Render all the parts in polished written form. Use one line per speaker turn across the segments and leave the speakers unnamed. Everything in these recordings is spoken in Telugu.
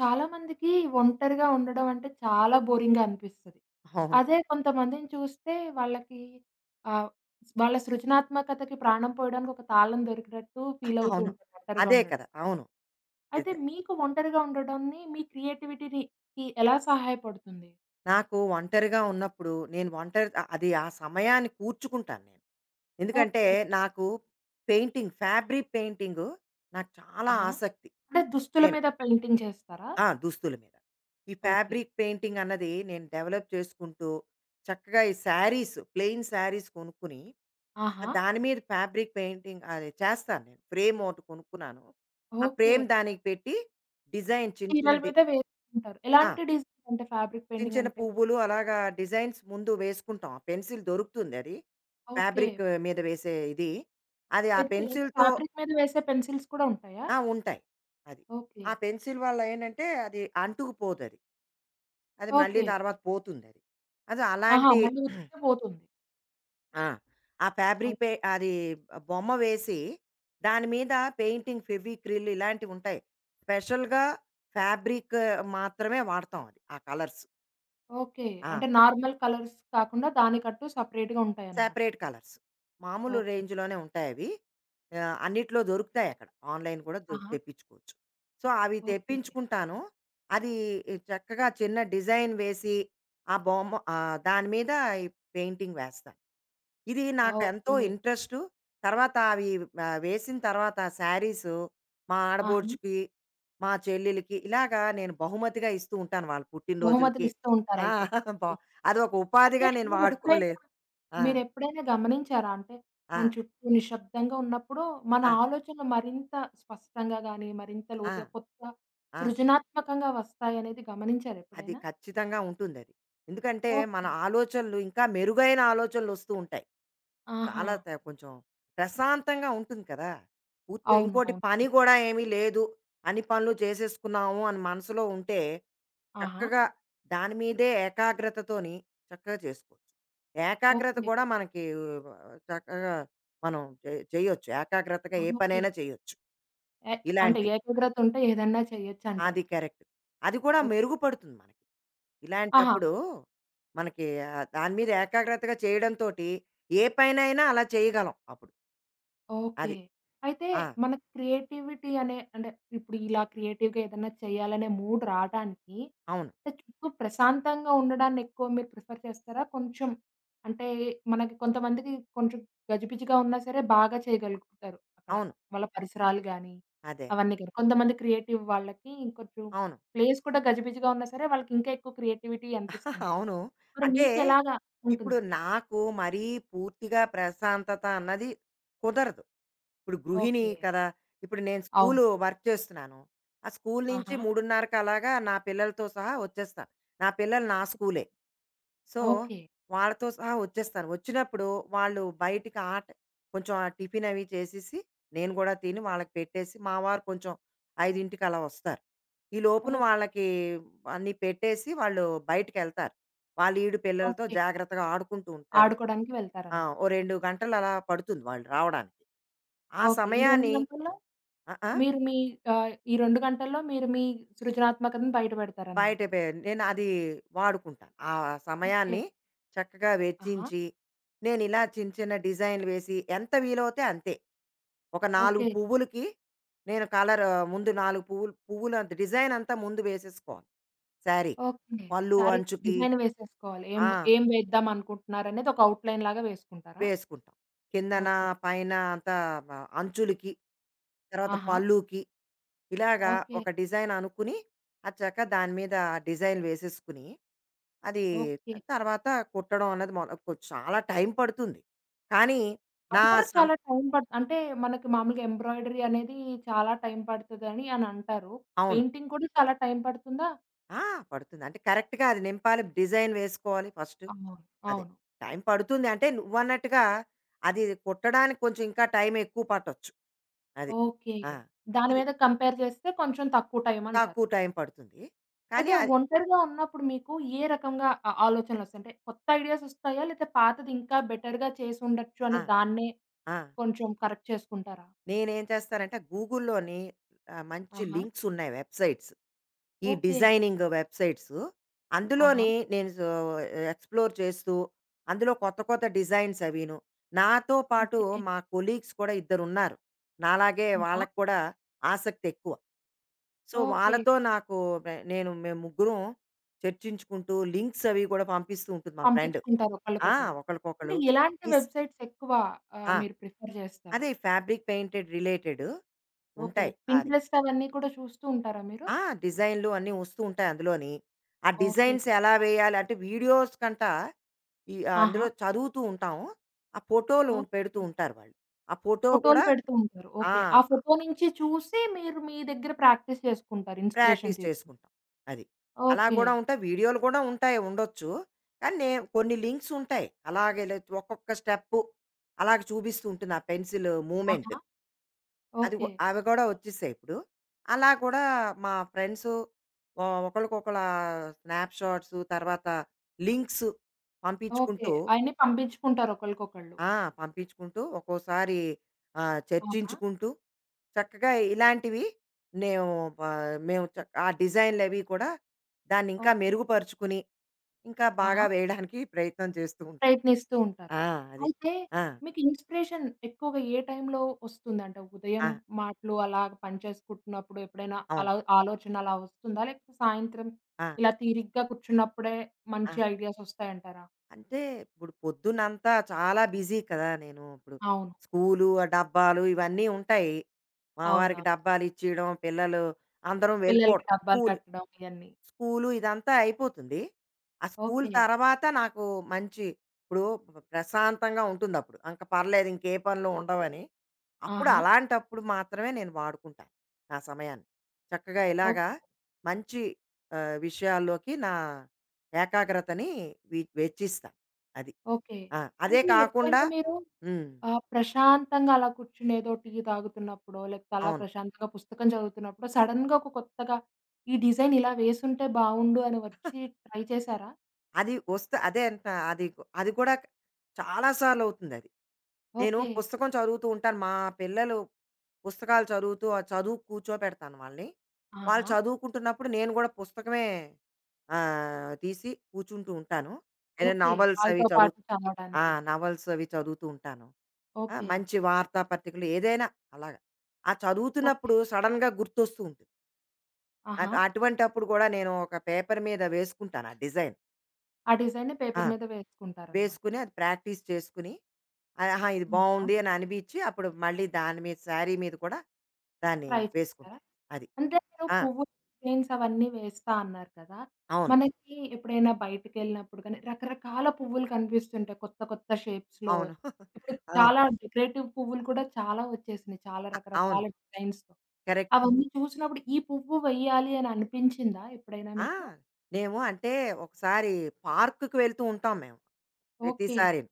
చాలా మందికి ఒంటరిగా ఉండడం అంటే చాలా బోరింగ్‌గా అనిపిస్తది.
అవును.
అదే కొంతమందిని చూస్తే వాళ్ళకి ఆహ్, వాళ్ళ సృజనాత్మకతకి ప్రాణం పోయడానికి ఒక తాళం దొరికినట్టు ఫీల్ అవుతూ
అవును.
ఉంటారు ఒంటరిగా
అదే
ఉండడం.
కదా! అవును.
అయితే
నిజమే.
మీకు ఒంటరిగా ఉండడాన్ని మీ క్రియేటివిటీ‌కి ఎలా సహాయపడుతుంది?
నాకు ఒంటరిగా ఉన్నప్పుడు నేను ఒంటరి అ అది ఆ సమయాన్ని కూర్చుకుంటాను నేను. ఎందుకంటే
ఓకే.
నాకు పెయింటింగ్, ఫ్యాబ్రిక్ పెయింటింగు నాకు చాలా
ఆహా!
ఆసక్తి.
అంటే దుస్తుల
నేను
మీద పెయింటింగ్ చేస్తారా?
ఆ! దుస్తుల మీద. ఈ
ఓకే.
ఫ్యాబ్రిక్ పెయింటింగ్ అన్నది నేను డెవలప్ చేసుకుంటూ చక్కగా ఈ శారీస్, ప్లెయిన్ శారీస్ కొనుక్కొని
ఆహా!
దాని మీద ఫ్యాబ్రిక్ పెయింటింగ్ అది చేస్తాను నేను. ఫ్రేమ్ ఒకటి కొనుక్కున్నాను. ఆ
ఓకే.
ఫ్రేమ్ దానికి పెట్టి డిజైన్ చిన్న
చీరల
చిన్న డి
మీద వేసుకుంటారు.
ఆ!
ఎలాంటి డిజైన్స్ అంటే ఫ్యాబ్రిక్
చిన్న
పెయింటింగ్
చిన్న
అంటే?
పువ్వులు అలాగా డిజైన్స్ ముందు వేసుకుంటాం. ఆ పెన్సిల్ దొరుకుతుంది అది.
ఓకే.
ఫ్యాబ్రిక్ మీద వేసే ఇది. అది ఆ
పెన్సిల్ అంటే
పెన్సిల్‌తో
ఫ్యాబ్రిక్ మీద వేసే పెన్సిల్స్ కూడా ఉంటాయా?
ఆ! ఉంటాయి. అది.
ఓకే.
ఆ పెన్సిల్ వల్ల ఏంటంటే అది అంటుకుపోదది. అది అది మళ్ళీ
ఓకే.
తర్వాత పోతుందది. అది అది
ఆహా!
అలాంటి
మళ్ళీ ఉతికితే పోతుంది.
ఆ! ఆ
ఓ
ఫ్యాబ్రిక్ పే అది బొమ్మ వేసి దాని మీద పెయింటింగ్ ఫెవిక్రిల్ ఇలాంటివుంటాయి. స్పెషల్‌గా ఫ్యాబ్రిక్ మాత్రమే వాడతాం అది. ఆ కలర్స్.
ఓకే.
ఆ!
అంటే నార్మల్ కలర్స్ కాకుండా దానికంటూ సెపరేట్‌గా ఉంటాయన్నమాట.
Separate colours. మామూలు
ఓకే.
రేంజ్‌లోనే ఉంటాయవి. అన్నిట్లో దొరుకుతాయి అక్కడ. ఆన్‌లైన్ కూడా
ఆహా!
తెప్పించుకోవచ్చు. సో, అవి
ఓకే.
తెప్పించుకుంటాను. అది చక్కగా చిన్న డిజైన్ వేసి, ఆ బొమ్మ దాని మీద ఈ పెయింటింగ్ వేస్తాను. ఇది
ఆ!
నాకెంతో
ఓకే.
ఇంట్రెస్టు. తర్వాత అవి వేసిన తర్వాత శారీసు మా
ఆహా!
ఆడబోడుచుకి, మా చెల్లెలికి ఇలాగా నేను బహుమతిగా ఇస్తూ ఉంటాను వాళ్ళ
బహుమతులు
పుట్టినరోజులకి.
ఇస్తూ
ఆ!
ఉంటారయితే.
బా అదొక
అయితే
ఉపాధిగా నేను
మీరెప్పుడైనా
వాడుకోలేదు. ఆ!
మీరెప్పుడైనా గమనించారా? అంటే
ఆ!
మన చుట్టూ నిశ్శబ్దంగా ఉన్నప్పుడు మన
ఆ!
ఆలోచనలు మరింత స్పష్టంగా గాని, మరింత
ఆ!
లోతుగా కొత్త
ఆ!
సృజనాత్మకంగా వస్తాయనేది గమనించారా
అది
ఎప్పుడైనా?
ఖచ్చితంగా ఉంటుందది. ఎందుకంటే, మన
ఓకే.
ఆలోచనలు ఇంకా మెరుగైన ఆలోచనలొస్తూ ఉంటాయి.
ఆహా!
చాలా త కొంచెం ప్రశాంతంగా ఉంటుంది కదా! పూర్తిగా
అవును.
ఇంకోటి
అవును.
పని
నిజమే.
గూడా ఏమీ లేదు. అన్ని పనులు చేసేసుకున్నాము అని మనసులో ఉంటే,
ఆహా!
చక్కగా దాని మీదే ఏకాగ్రతతోని చక్కగా చేసుకోవచ్చు. ఏకాగ్రత
ఓకే.
కూడా మనకి ఆ, చక్కగా మనం చెయ్యొచ్చు. ఏకాగ్రతగా ఏ
ఓకే.
పనైనా చెయ్యొచ్చు.
ఎ అంటే
ఇలాంటి
ఏకాగ్రతుంటే ఏదన్నా చేయొచ్చంటారు.
అది కరెక్ట్. అది కూడా
ఓకే.
మెరుగుపడుతుంది మనకి.
ఆహా!
ఇలాంటప్పుడు మనకి దాని మీద ఏకాగ్రతగా చేయడంతోటి ఏ పనైనా అలా చేయగలం అప్పుడు.
ఓకే.
అది.
అయితే
ఆ!
మన క్రియేటివిటీ అనే అంటే ఇప్పుడు ఇలా క్రియేటివ్‌గా ఏదన్నా చేయాలనే మూడ్ రాటానికి
అవును.
అంటే చుట్టూ ప్రశాంతంగా ఉండడాన్ని ఎక్కువ మీరు ప్రిఫర్ చేస్తారా? కొంచెం అంటే మనకి కొంతమందికి కొంచెం గజిబిజిగా ఉన్నా సరే బాగా చేయగలుగుతారు అక్కడ.
అవును.
వాళ్ళ పరిసరాలు గాని,
అదే.
అవన్నీ గాని. కొంతమంది క్రియేటివ్ వాళ్ళకి ఇంకొంచెం
అవును.
ప్లేస్ కూడా గజిబిజిగా ఉన్నా సరే వాళ్ళకి ఇంకా ఎక్కువ క్రియేటివిటీ అనిపిస్తుంటది.
అవును.
మరి
అంటే
మీకెలాగా
ఇప్పుడు
ఉంటుంది?
నాకు మరీ పూర్తిగా ప్రశాంతత అన్నది కుదరదు. ఇప్పుడు గృహిణి
ఓకే.
కదా! ఇప్పుడు నేను
అవును.
స్కూలు వర్క్ చేస్తున్నాను. ఆ స్కూలు నుంచి
ఆహా!
3:30కి అలాగా నా పిల్లలతో సహా వచ్చేస్తాను. నా పిల్లలు నా స్కూలే.
చెప్తారు.
So,
okay.
వాళ్ళతో సహా వచ్చేస్తాను. వచ్చినప్పుడు వాళ్ళు బయటికి ఆట కొంచెం ఆ టిఫిన్ అవి చేసేసి నేను గూడా తిని వాళ్ళకి పెట్టేసి మా వారు కొంచెం 5కి అలా వస్తారు. ఈ లోపున
ఓకే.
వాళ్ళకి అన్నీ పెట్టేసి వాళ్ళు బయటికెళ్తారు. వాళ్ళ ఈడు పిల్లలతో
ఓకే.
జాగ్రత్తగా ఆడుకుంటూ ఉంటారు.
ఆడుకోడానికి
ఆ!
వెళ్తారనమాట.
ఓ 2 గంటలు అలా పడుతుంది వాళ్ళు రావడానికి. ఆ
ఓకే. ఈ 2
సమయాన్ని
గంటల్లో
ఆ! ఆ!
మీరు మీ ఈ 2 గంటల్లో మీరు మీ సృజనాత్మకతను బయట
బయట
పెడతారనమాట.
పె నేను అది వాడుకుంటాను. ఆ
ఓకే.
సమయాన్ని చక్కగా
ఆహా!
వెచ్చించి, నేనిలా చిన్న చిన్న డిజైన్‌లు వేసి ఎంత వీలవుతే అంతే. ఒక 4
ఓకే.
పువ్వులకి నేను కలర్ ఆ, ముందు 4 పువ్వులు పువ్వుల డిజైన్ అంతా ముందు వేసేసుకోవాలి శారీకి.
ఓకే.
పళ్ళు
శారీ
అంచుకి.
డిజైన్ వేసేసుకోవాలి. ఏం
ఆ!
ఏం వేద్దాం అనుకుంటున్నారనేది ఒక అవుట్‌లైన్‌లాగా వేసుకుంటారా?
వేసుకుంటాం. కిందన,
ఓకే.
పైన అంతా మ అంచులకి, తర్వాత
ఆహా!
పళ్ళుకి ఇలాగా
ఓకే.
ఒక డిజైన్ అనుకుని, అది చక్క దాని మీద డిజైన్ వేసేసుకుని, అది
ఓకే.
తర్వాత కుట్టడం అన్నది మొ కొ చాలా టైం పడుతుంది. కానీ నా
అది కూడా
సం
చాలా టైం పడుతు అంటే మనకి మామూలుగా ఎంబ్రాయిడరీ అనేది చాలా టైం పడతదని అని అంటారు.
అవును.
పెయింటింగ్ కూడా చాలా టైం పడుతుందా?
ఆ! పడుతుంది. అంటే కరెక్ట్‌గా అది నింపాలి, డిజైన్ వేసుకోవాలి ఫస్ట్.
అవును.
అదే.
అవును.
టైం పడుతుంది అంటే నువ్వన్నట్టుగా అది కుట్టడానికి కొంచెం ఇంకా టైం ఎక్కువ పట్టొచ్చు. అది.
ఓకే.
ఆ!
దాని
ఇది
మీద కంపేర్ చేస్తే కొంచెం తక్కువ టైమంటారు.
తక్కువ టైం పడుతుంది. కానీ
అయితే
అది
ఒంటరిగా ఉన్నప్పుడు మీకు ఏ రకంగా ఆ ఆలోచనలొస్తాయి? అంటే కొత్త ఐడియాసొస్తాయా? లేతే పాతది ఇంకా బెటర్‌గా చేసుండొచ్చు
ఆ!
అని దాన్నే
ఆ!
కొంచెం కరెక్ట్ చేసుకుంటారా?
నేనేం చేస్తానంటే గూగుల్‌లోని మంచి
ఆహా!
లింక్స్ ఉన్నాయి వెబ్‌సైట్స్. ఈ
ఓకే.
Designing websites.
ఆహా!
అందులోని నేను సో ఎక్స్‌ప్లోర్ చేస్తూ అందులో కొత్త కొత్త డిజైన్స్ అవిను. నాతో పాటు
ఓకే.
మా కొలీగ్స్ కూడా ఇద్దరున్నారు. నాలాగే
ఆహా!
వాళ్ళకి కూడా ఆసక్తి ఎక్కువ. So,
okay.
వాళ్ళతో నాకు వె నేను మేము ముగ్గురం చర్చించుకుంటూ లింక్స్ అవి కూడా పంపిస్తూ ఉంటుంది మా ఫ్రెండ్.
పంపించుకుంటారు
ఆ!
ఒకళ్ళకొకళ్ళు. అంటే
ఒకళ్ళకొకళ్ళు.
ఎలాంటి
ఈస్
వెబ్‌సైట్స్ ఎక్కువ
ఆ!
మీరు ప్రిఫర్ చేస్తారు?
అదే ఫ్యాబ్రిక్ పెయింటెడ్ రిలేటెడ్
ఓకే.
ఉంటాయి. అది.
పింట్రెస్ట్ అవన్నీ కూడా చూస్తూ ఉంటారా మీరు?
ఆ! డిజైన్‌లు అన్నీ వస్తూ ఉంటాయి అందులోని. ఆ
ఓకే.
డిజైన్స్ ఎలా వేయాలి అంటే వీడియోస్ కంట ఈ ఆ
ఆహా!
అందులో చదువుతూ ఉంటాం. ఆ ఫోటోలు ఉం- పెడుతూ
ఓకే.
ఉంటారు వాళ్ళు. ఆ ఫోటో
ఫోటోలు
కూడా
పెడుతూ ఉంటారు.
ఆ!
ఓకే. ఆ ఫోటో నుంచి చూసి మీరు మీ దగ్గర ప్రాక్టీస్ చేసుకుంటారు. ఇన్‌స్పిరేషన్
ప్రాక్టీస్
తీసుకొని.
చేసుకుంటాం. అది. అలా
ఓకే.
కూడా ఉంటాయి. వీడియోలు కూడా ఉంటాయి ఉండొచ్చు. కానీ నే కొన్ని లింక్స్ ఉంటాయి. అలాగే లే ఒక్కొక్క స్టెప్పు అలాగ చూపిస్తూ ఉంటుంది ఆ పెన్సిల్ మూవ్‌మెంట్.
ఆహా!
అది గూ
ఓకే.
అవి గూడా వచ్చేసాయి ఇప్పుడు. అలా కూడా మా ఫ్రెండ్సు ఒకళ్ళకొకళ్ళ స్నాప్‌షాట్స్ తర్వాత లింక్స్
ఓకే.
పంపించుకుంటూ
అయన్నీ పంపించుకుంటారు ఒకళ్ళకొకళ్ళు.
ఆ! పంపించుకుంటూ ఒక్కోసారి
ఆహా!
చర్చించుకుంటూ చక్కగా ఇలాంటివి నేను ప మేము చ ఆ డిజైన్‌లవి కూడా దాన్నింకా
ఓకే.
మెరుగుపరుచుకుని, ఇంకా
ఆహా!
బాగా వేయడానికి ప్రయత్నం చేస్తూ ఉంటాను.
ప్రయత్నిస్తూ ఉంటారు.
ఆ! అది.
అయితే
ఆ!
మీకు ఇన్‌స్పిరేషన్ ఎక్కువగా ఏ టైంలో వస్తుందంటే ఉదయం
ఆ!
మాటలు అలా పని చేసుకుంటున్నప్పుడు ఎప్పుడైనా
అవును.
అలా ఆలోచన అలా వస్తుందా? లేకపోతే సాయంత్రం
ఆ!
ఇలా తీరిగ్గా కూర్చున్నప్పుడే
ఆ!
మంచి ఐడియాస్ వస్తాయంటారా?
అంటే ఇప్పుడు పొద్దునంతా చాలా బిజీ కదా నేను. ఇప్పుడు
అవును.
స్కూలు, ఆ డబ్బాలు ఇవన్నీ ఉంటాయి. మా వారికి
అవునవును.
డబ్బాలిచ్చేయడం, పిల్లలు అందరం
పిల్లలకి
వెళ్ళిపోవడం
డబ్బాలు
స్కూల్.
కట్టడం ఇయన్నీ.
స్కూలు ఇదంతా అయిపోతుంది. ఆ స్కూల్
ఓకే.
తర్వాత నాకు మంచి ఇప్పుడు ప్రశాంతంగా ఉంటుందప్పుడు. ఇంక పర్లేదు ఇంకే పనులు ఉండవని.
ఆహా!
అలాంటప్పుడు మాత్రమే నేను వాడుకుంటాను నా సమయాన్ని. చక్కగా ఇలాగా
ఓకే.
మంచి విషయాల్లోకి నా ఏకాగ్రతని వెచ్చిస్తాను. అది.
ఓకే.
ఆ! అదే
అంటే
కాకుండా
ఎప్పుడైనా మీరు
హ్మ్.
ప్రశాంతంగా అలా కూర్చుని ఏదో టీ తాగుతున్నప్పుడో, లేకపోతే అలా
అవును.
ప్రశాంతంగా పుస్తకం చదువుతున్నప్పుడో సడెన్‌గా ఒక కొత్తగా ఈ డిజైన్ ఇలా వేసుంటే బావుండు అని వచ్చి ట్రై చేశారా?
అది వస్తే అదే అంటున్నా. అది అది కూడా చాలా సార్లు అవుతుందది. నేను
ఓకే.
పుస్తకం చదువుతూ ఉంటాను. మా పిల్లలు పుస్తకాలు చదువుతూ, ఆ చదువుకు కూర్చోపెడతాను వాళ్ళని. వాళ్ళు
ఆహా!
చదువుకుంటున్నప్పుడు నేను కూడా పుస్తకమే తీసి కూర్చుంటూ ఉంటాను. ఏదైనా
ఓకే.
నావెల్స్ అవి
వాళ్ళతో పాటు
చదువుతూ ఆ!
చదవడానికి.
నావెల్స్ అవి చదువుతూ ఉంటాను. ఆ!
ఓకే.
మంచి వార్తా పత్రికలు ఏదైనా అలాగా. ఆ
ఓకే.
చదువుతున్నప్పుడు సడెన్‌గా గుర్తొస్తూ ఉంటుంది.
ఆహా!
అటువంటప్పుడు కూడా నేను ఒక పేపర్ మీద వేసుకుంటాను ఆ డిజైన్.
ఆ డిజైన్‌ని
ఆ!
పేపర్ మీద వేసుకుంటారనమాట.
వేసుకుని అది ప్రాక్టీస్ చేసుకుని ఆ- ఆహా! ఇది
ఆహా!
బావుంది అని అనిపించి అప్పుడు మళ్ళీ దాని మీద శారీ మీద కూడా దాన్ని
ట్రై చేశారా?
వేసుకుంటాను. అది.
అంటే మీరు
ఆ!
పువ్వులు, చైన్స్ అవన్నీ వేస్తా అన్నారు కదా!
అవును.
మనకి ఎప్పుడైనా బయటికెళ్ళినప్పుడు గానీ, రకరకాల పువ్వులు కనిపిస్తుంటాయి కొత్త కొత్త షేప్స్‌లో.
అవును.
ఇప్పుడు
అవును.
చాలా డెకరేటివ్ పువ్వులు కూడా చాలా వచ్చేసినాయి. చాలా
అవును.
రకరకాల డిజైన్స్‌తో.
కరెక్ట్.
అవన్నీ చూసినప్పుడు ఈ పువ్వు వెయ్యాలి అని అనిపించిందా ఎప్పుడైనా
ఆ!
మీకు?
మేము అంటే ఒకసారి పార్క్‌కి వెళ్తూ ఉంటాం మేము
ఓకే.
ప్రతిసారీను.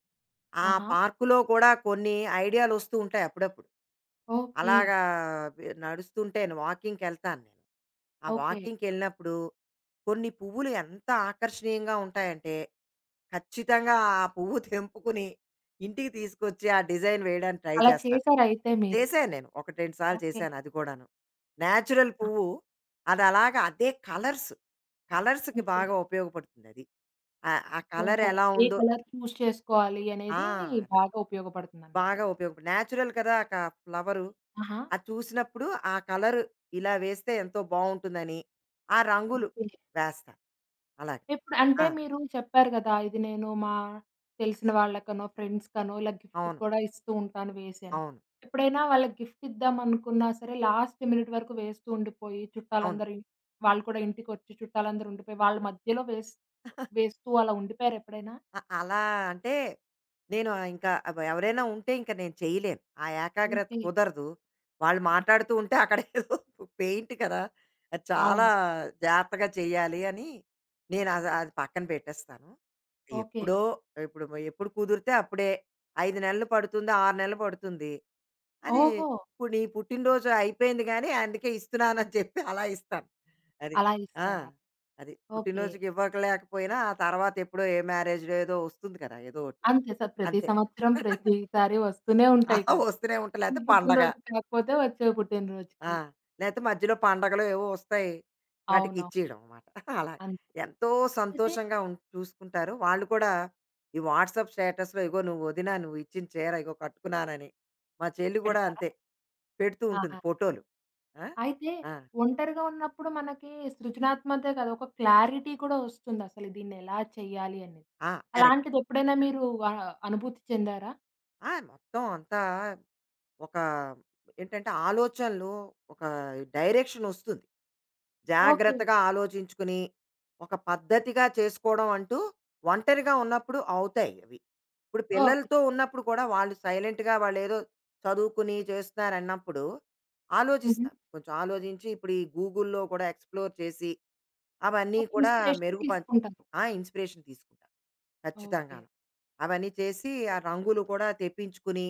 ఆ
ఆహా!
పార్కులో కూడా కొన్ని ఐడియాలొస్తూ ఉంటాయి అప్పుడప్పుడు.
ఓకే.
అలాగా నడుస్తుంటేను వాకింగ్‌కెళ్తాను నేను. ఆ
ఓకే.
వాకింగ్‌కెళ్ళినప్పుడు కొన్ని పువ్వులు ఎంత ఆకర్షణీయంగా ఉంటాయంటే ఖచ్చితంగా ఆ పువ్వు తెంపుకుని ఇంటికి తీసుకొచ్చి ఆ డిజైన్ వేయడానికి ట్రై
అలా
చేస్తాను.
చేసారయితే మీరు.
చేశాను నేను. ఒకటి, 2 సార్లు
ఓకే.
చేశాను అది కూడాను. నేచురల్
ఆ!
పువ్వు అది అలాగా అదే కలర్స్. కలర్స్‌కి
ఓకే.
బాగా ఉపయోగపడుతుందది. ఆ కలర్
ఓహో!
ఎలా
ఏ
ఉందో
కలర్ చూజ్ చేసుకోవాలి
ఆ!
అనేది
అది
బాగా ఉపయోగపడుతుందనమాట.
బాగా ఉపయోగపడు నేచురల్ కదా! ఫ్లవరు.
ఆహా!
అది చూసినప్పుడు ఆ కలర్ ఇలా వేస్తే ఎంతో బావుంటుందని, ఆ రంగులు
ఓకే.
వేస్తా అలాగ.
ఇప్పుడు అంటే
ఆ!
మీరు చెప్పారు గదా! ఇది నేను మా తెలిసిన వాళ్ళకనో, ఫ్రెండ్స్‌కనో ఇలా గిఫ్ట్
అవును.
కూడా ఇస్తూ ఉంటాను వేసి అని.
అవును.
ఎప్పుడైనా వాళ్ళకి గిఫ్ట్ ఇద్దామనుకున్నా సరే లాస్ట్ మినిట్ వరకు వేస్తూ ఉండిపోయి
అవును.
చుట్టాలందరూ ఇ వాళ్ళు కూడా ఇంటికొచ్చి చుట్టాలందరూ ఉండిపోయి వాళ్ళ మధ్యలో వేస్ వేస్తూ అలా ఉండిపోయారా ఎప్పుడైనా?
అలా అంటే, నేను ఇంకా అబ్ ఎవరైనా ఉంటే ఇంక నేను చేయలేను. ఆ ఏకాగ్రత
ఓకే.
కుదరదు. వాళ్ళు
ఆహా!
మాట్లాడుతూ ఉంటే అక్కడ ఏదో పెయింట్ కదా! అది చాలా
అవునవును.
జాగ్రత్తగా చేయాలి అని నేను అది అది పక్కన పెట్టేస్తాను.
ఓకే.
ఎప్పుడో ఇప్పుడు ఎప్పుడు కుదిరితే అప్పుడే 5 నెలలు పడుతుంది, 6 నెలలు పడుతుంది. అది
ఓహో!
ఇప్పుడు నీ పుట్టినరోజు అయిపోయింది గానీ అందుకే ఇస్తున్నానని చెప్పి అలా ఇస్తాను. అది.
అలా
ఆ!
ఇస్తారా?
అది.
ఓకే.
పుట్టినరోజుకి ఇవ్వకలేకపోయినా, ఆ తర్వాత ఎప్పుడో ఏ మ్యారేజ్ డో ఏదో వస్తుంది కదా! ఏదో ఒకటి.
అంతే సార్ ప్రతి
అంతే.
సంవత్సరం ప్రతిసారి వస్తూనే
ఆ!
ఉంటాయి కదా!
వస్తూనే ఉంటాయి.
ఈ
లేతే పండగ.
పుట్టినరోజు కాకపోతే వచ్చే
ఆ!
పుట్టినరోజుకి.
లేతే మధ్యలో పండగలు ఏవో వస్తాయి. వాటికి
అవునవును.
ఇచ్చేయడం అన్నమాట. అలా.
అంతే.
ఎంతో
అయితే
సంతోషంగా ఉం చూసుకుంటారు. వాళ్ళు కూడా ఈ వాట్సాప్ స్టేటస్‌లో ఇగో వదిన నువ్వు ఇచ్చిన చీర ఇగో కట్టుకున్నానని. మా చెల్లి కూడా
పెడతారా?
అంతే. పెడుతూ ఉంటుంది
ఆహా!
ఫోటోలు. ఆ!
అయితే
ఆ!
ఒంటరిగా ఉన్నప్పుడు మనకి సృజనాత్మకతే కాదు, ఒక క్లారిటీ కూడా వస్తుందసలు దీన్నెలా చెయ్యాలి అనేది.
ఆ! కరెక్ట్.
అలాంటిదెప్పుడైనా మీరు అనుభూతి చెందారా?
ఆ! మొత్తం అంతా ఒక ఏంటంటే ఆలోచనలు ఒక డైరెక్షన్ వస్తుంది.
ఓకే.
జాగ్రత్తగా ఆలోచించుకుని, ఒక పద్ధతిగా చేసుకోవడం అంటూ ఒంటరిగా ఉన్నప్పుడు అవుతాయి అవి. ఇప్పుడు
ఓకే.
పిల్లలతో ఉన్నప్పుడు కూడా వాళ్ళు సైలెంట్‌గా వాళ్ళేదో చదువుకుని చేస్తున్నారన్నప్పుడు
హుహు.
ఆలోచిస్తారు. కొంచెం ఆలోచించి ఇప్పుడు ఈ గూగుల్‌లో కూడా ఎక్స్‌ప్లోర్ చేసి, అవన్నీ
ఒక
కూడా
ఇన్‌స్పిరేషన్
మెరుగుపరచ
తీసుకుంటారు.
ఆ! ఇన్స్‌పిరేషన్ తీసుకుంటాను.
ఓకే.
ఖచ్చితంగాను. అవన్నీ చేసి ఆ రంగులు కూడా తెప్పించుకుని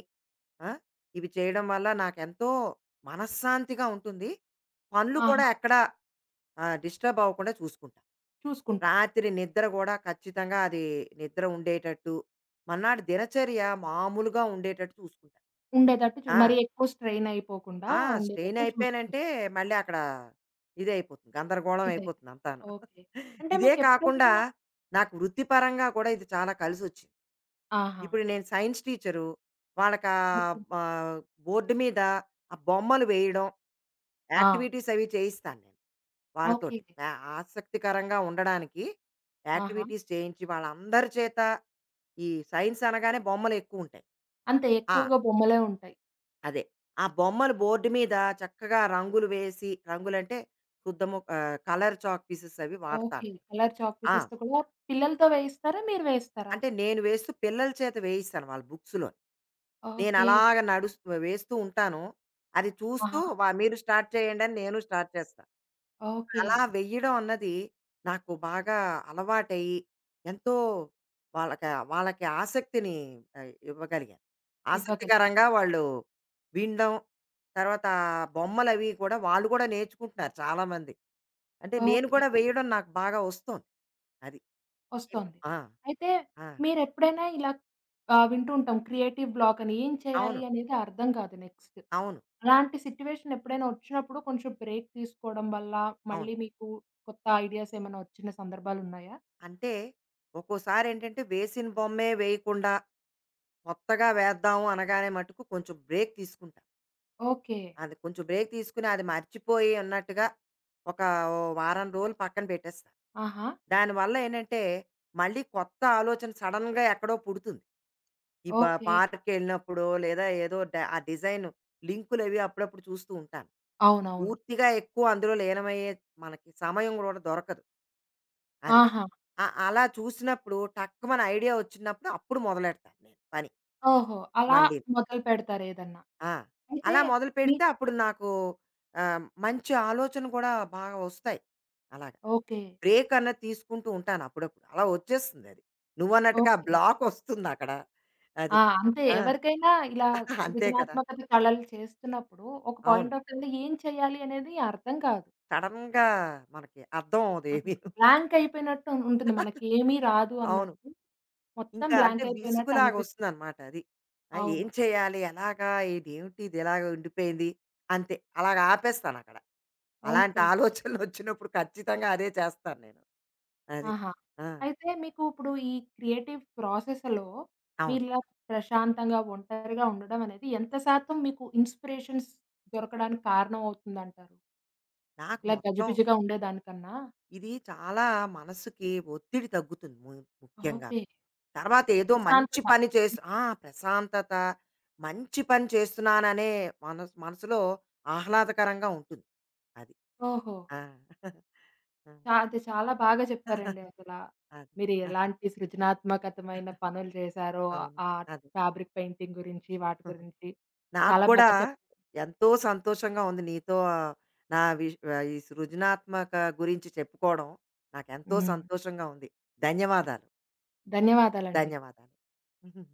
ఆ! ఇవి చేయడం వల్ల నాకెంతో మనశ్శాంతిగా ఉంటుంది. పనులు
ఆహా!
కూడా ఎక్కడ డిస్టర్బ్ అవ్వకుండా చూసుకుంటా.
చూసుకుంటారు.
రాత్రి నిద్ర గూడా ఖచ్చితంగా అది నిద్ర ఉండేటట్టు, మర్నాడు దినచర్య మామూలుగా ఉండేటట్టు చూసుకుంటా.
ఉండేటట్టు చు మరీ
ఆ!
ఎక్కువ స్ట్రెయిన్ అయిపోకుండా
ఆ! స్ట్రెయిన్
ఉండేటట్టు
అయిపోయానంటే
చూసుకుంటారు.
మళ్ళీ అక్కడ ఇదయిపోతుంది. గందరగోళం
ఇదే.
అయిపోతుంది అంతాను.
ఓకే. అంటే
ఇదే కాకుండా
మీకెప్పుడైనా
నాకు వృత్తిపరంగా కూడా ఇది చాలా కలిసొచ్చింది.
ఆహా!
ఇప్పుడు నేను సైన్స్ టీచరు. వాళ్ళకా
ఓకే.
బా బోర్డ్ మీద ఆ బొమ్మలు వేయడం,
ఆ!
యాక్టివిటీస్ అవి చేయిస్తాను నేను
ఓకే.
వాళ్ళతోటి. ఆ ఆసక్తికరంగా ఉండడానికి
ఆహా!
యాక్టివిటీస్ చేయించి వాళ్ళందరి చేత ఈ సైన్స్ అనగానే బొమ్మలెక్కువుంటాయి.
అంతే
ఆ!
ఎక్కువగా బొమ్మలే ఉంటాయి.
అదే. ఆ బొమ్మలు బోర్డ్ మీద చక్కగా రంగులు వేసి రంగులంటే శుద్ధము కలర్ చాక్ పీసెస్ అవి వాడతాను
ఓకే.
నేను.
కలర్ చాక్
ఆ!
పీసెస్‌తో కూడా పిల్లలతో వేయిస్తారా? మీరు వేయిస్తారా?
అంటే నేను వేస్తూ పిల్లల చేత వేయిస్తాను వాళ్ళ బుక్స్‌లో. నేను
ఓకే.
అలాగ నడుస్తూ వేస్తూ ఉంటాను. అది చూస్తూ
ఆహా!
వ మీరు స్టార్ట్ చేయండని నేను స్టార్ట్ చేస్తా.
ఓకే.
అలా వెయ్యడం అన్నది నాకు బాగా అలవాటయ్యి, ఎంతో వాళ్ళకి వాళ్ళకి ఆసక్తిని ఇవ్వగలిగాను.
ఇవ్వగలిగారు.
ఆసక్తికరంగా వాళ్ళు వినడం, తర్వాత బొమ్మలవి కూడా వాళ్ళు కూడా నేర్చుకుంటున్నారు చాలామంది. అంటే నేను
ఓకే.
కూడా వేయడం నాకు బాగా వస్తోంది. అది. ఈ-
వస్తోంది.
ఆ!
అయితే
ఆ!
మీరెప్పుడైనా ఇలా వింటూ ఉంటాం క్రియేటివ్ బ్లాక్ అని. ఏం
అవును.
చేయాలి అనేది అర్థం కాదు నెక్స్ట్.
అవును.
అలాంటి సిట్యుయేషన్ ఎప్పుడైనా వచ్చినప్పుడు కొంచెం బ్రేక్ తీసుకోవడం వల్ల
అవును.
మళ్ళీ మీకు కొత్త ఐడియాస్ ఏమైనా వచ్చిన సందర్భాలున్నాయా?
అంటే ఒక్కోసారి ఏంటంటే వేసిన బొమ్మే వేయకుండా కొత్తగా వేద్దాము అనగానే మటుకు కొంచెం బ్రేక్ తీసుకుంటా.
ఓకే.
అది కొంచెం బ్రేక్ తీసుకుని అది మర్చిపోయి అన్నట్టుగా ఒక ఓ వారం రోజులు పక్కన పెట్టేస్తా.
ఆహా!
దానివల్ల ఏంటంటే మళ్ళీ కొత్త ఆలోచన సడెన్‌గా ఎక్కడో పుడుతుంది. ఈ బ
ఓకే.
పార్క్‌కెళ్ళినప్పుడో లేదా ఏదో డ ఆ డిజైన్ లింకులవి అప్పుడప్పుడు చూస్తూ ఉంటాను.
అవునవును.
పూర్తిగా ఎక్కువ అందులో లీనమయ్యే మనకి సమయం కూడా దొరకదు. అది.
ఆహా!
ఆ! అలా చూసినప్పుడు టక్కుమని ఐడియా వచ్చినప్పుడు అప్పుడు మొదలెడతాను నేను పని
ఓహో! అలా
మళ్ళీ.
మొదలుపెడతారేదన్నా.
ఆ!
అయితే
అలా
మీ
మొదలుపెడితే అప్పుడు నాకు మంచి ఆలోచన కూడా బాగా వస్తాయి. అలాగా.
ఓకే.
బ్రేక్ అన్నది తీసుకుంటూ ఉంటాను అప్పుడప్పుడు. అలా వచ్చేస్తుంది అది. నువ్వన్నట్టుగా
ఓకే.
బ్లాక్ వస్తుందక్కడ. అది.
ఆ! అంతే
ఆ!
ఎవరికైనా ఇలా
అంతే కదా!
సృజనాత్మకత కళలు చేస్తున్నప్పుడు ఒక
అవును.
పాయింట్ ఆఫ్ వ్యూలో ఏం చేయాలి అనేది అర్థం కాదు.
సడెన్‌గా మనకి అర్థం అవ్వదు
ఆ!
ఏమీను.
బ్లాంక్ అయిపోయినట్టు ఉంటుంది. మనకేమీ రాదు
అవును.
అన్నట్టు. మొత్తం
ఇంకా అంటే
బ్లాంక్ అయిపోయినట్టు అనిపిస్తుంది.
విసుగులాగొస్తుందనమాట అది. ఆ! ఏం
అవును.
చేయాలి? ఎలాగా? ఇదేమిటి ఇది ఇలాగ ఉండిపోయింది? అంతే. అలాగ ఆపేస్తానక్కడ. అలాంటి
ఓకే.
ఆలోచనలొచ్చినప్పుడు ఖచ్చితంగా అదే చేస్తాను నేను. అది.
ఆహా!
ఆ!
అయితే మీకు ఇప్పుడు ఈ క్రియేటివ్ ప్రాసెస్‌లో
అవును.
మీరిలా ప్రశాంతంగా, ఒంటరిగా ఉండడం అనేది ఎంత శాతం మీకు ఇన్‌స్పిరేషన్స్ దొరకడానికి కారణం అవుతుందంటారు?
నాకు
ఇలా
మొత్తం
గజిబిజిగా ఉండేదానికన్నా?
ఇది చాలా మనసుకి ఒత్తిడి తగ్గుతుంది ముఖ్యంగాను.
ఓకే.
తర్వాత ఏదో మంచి
ప్రశాంతత.
పని చేసి ఆ! ప్రశాంతత, మంచి పని చేస్తున్నాననే మనసులో ఆహ్లాదకరంగా ఉంటుంది. అది.
ఓహో!
ఆ!
చా అది చాలా బాగా చెప్పారండి అసల.
ఆ!
మీరు
అది.
ఎలాంటి సృజనాత్మకతమైన పనులు చేశారో,
అవును.
ఆ
అదే.
ఫ్యాబ్రిక్ పెయింటింగ్ గురించి, వాటి గురించి
నాకు
చాలా
గూడా
బాగా చెప్పారు.
ఎంతో సంతోషంగా ఉంది నీతో ఆ, ఈ సృజనాత్మక గురించి చెప్పుకోవడం. నాకెంతో
హ్మ్.
సంతోషంగా ఉంది. ధన్యవాదాలు.
ధన్యవాదాలండి.
ధన్యవాదాలు.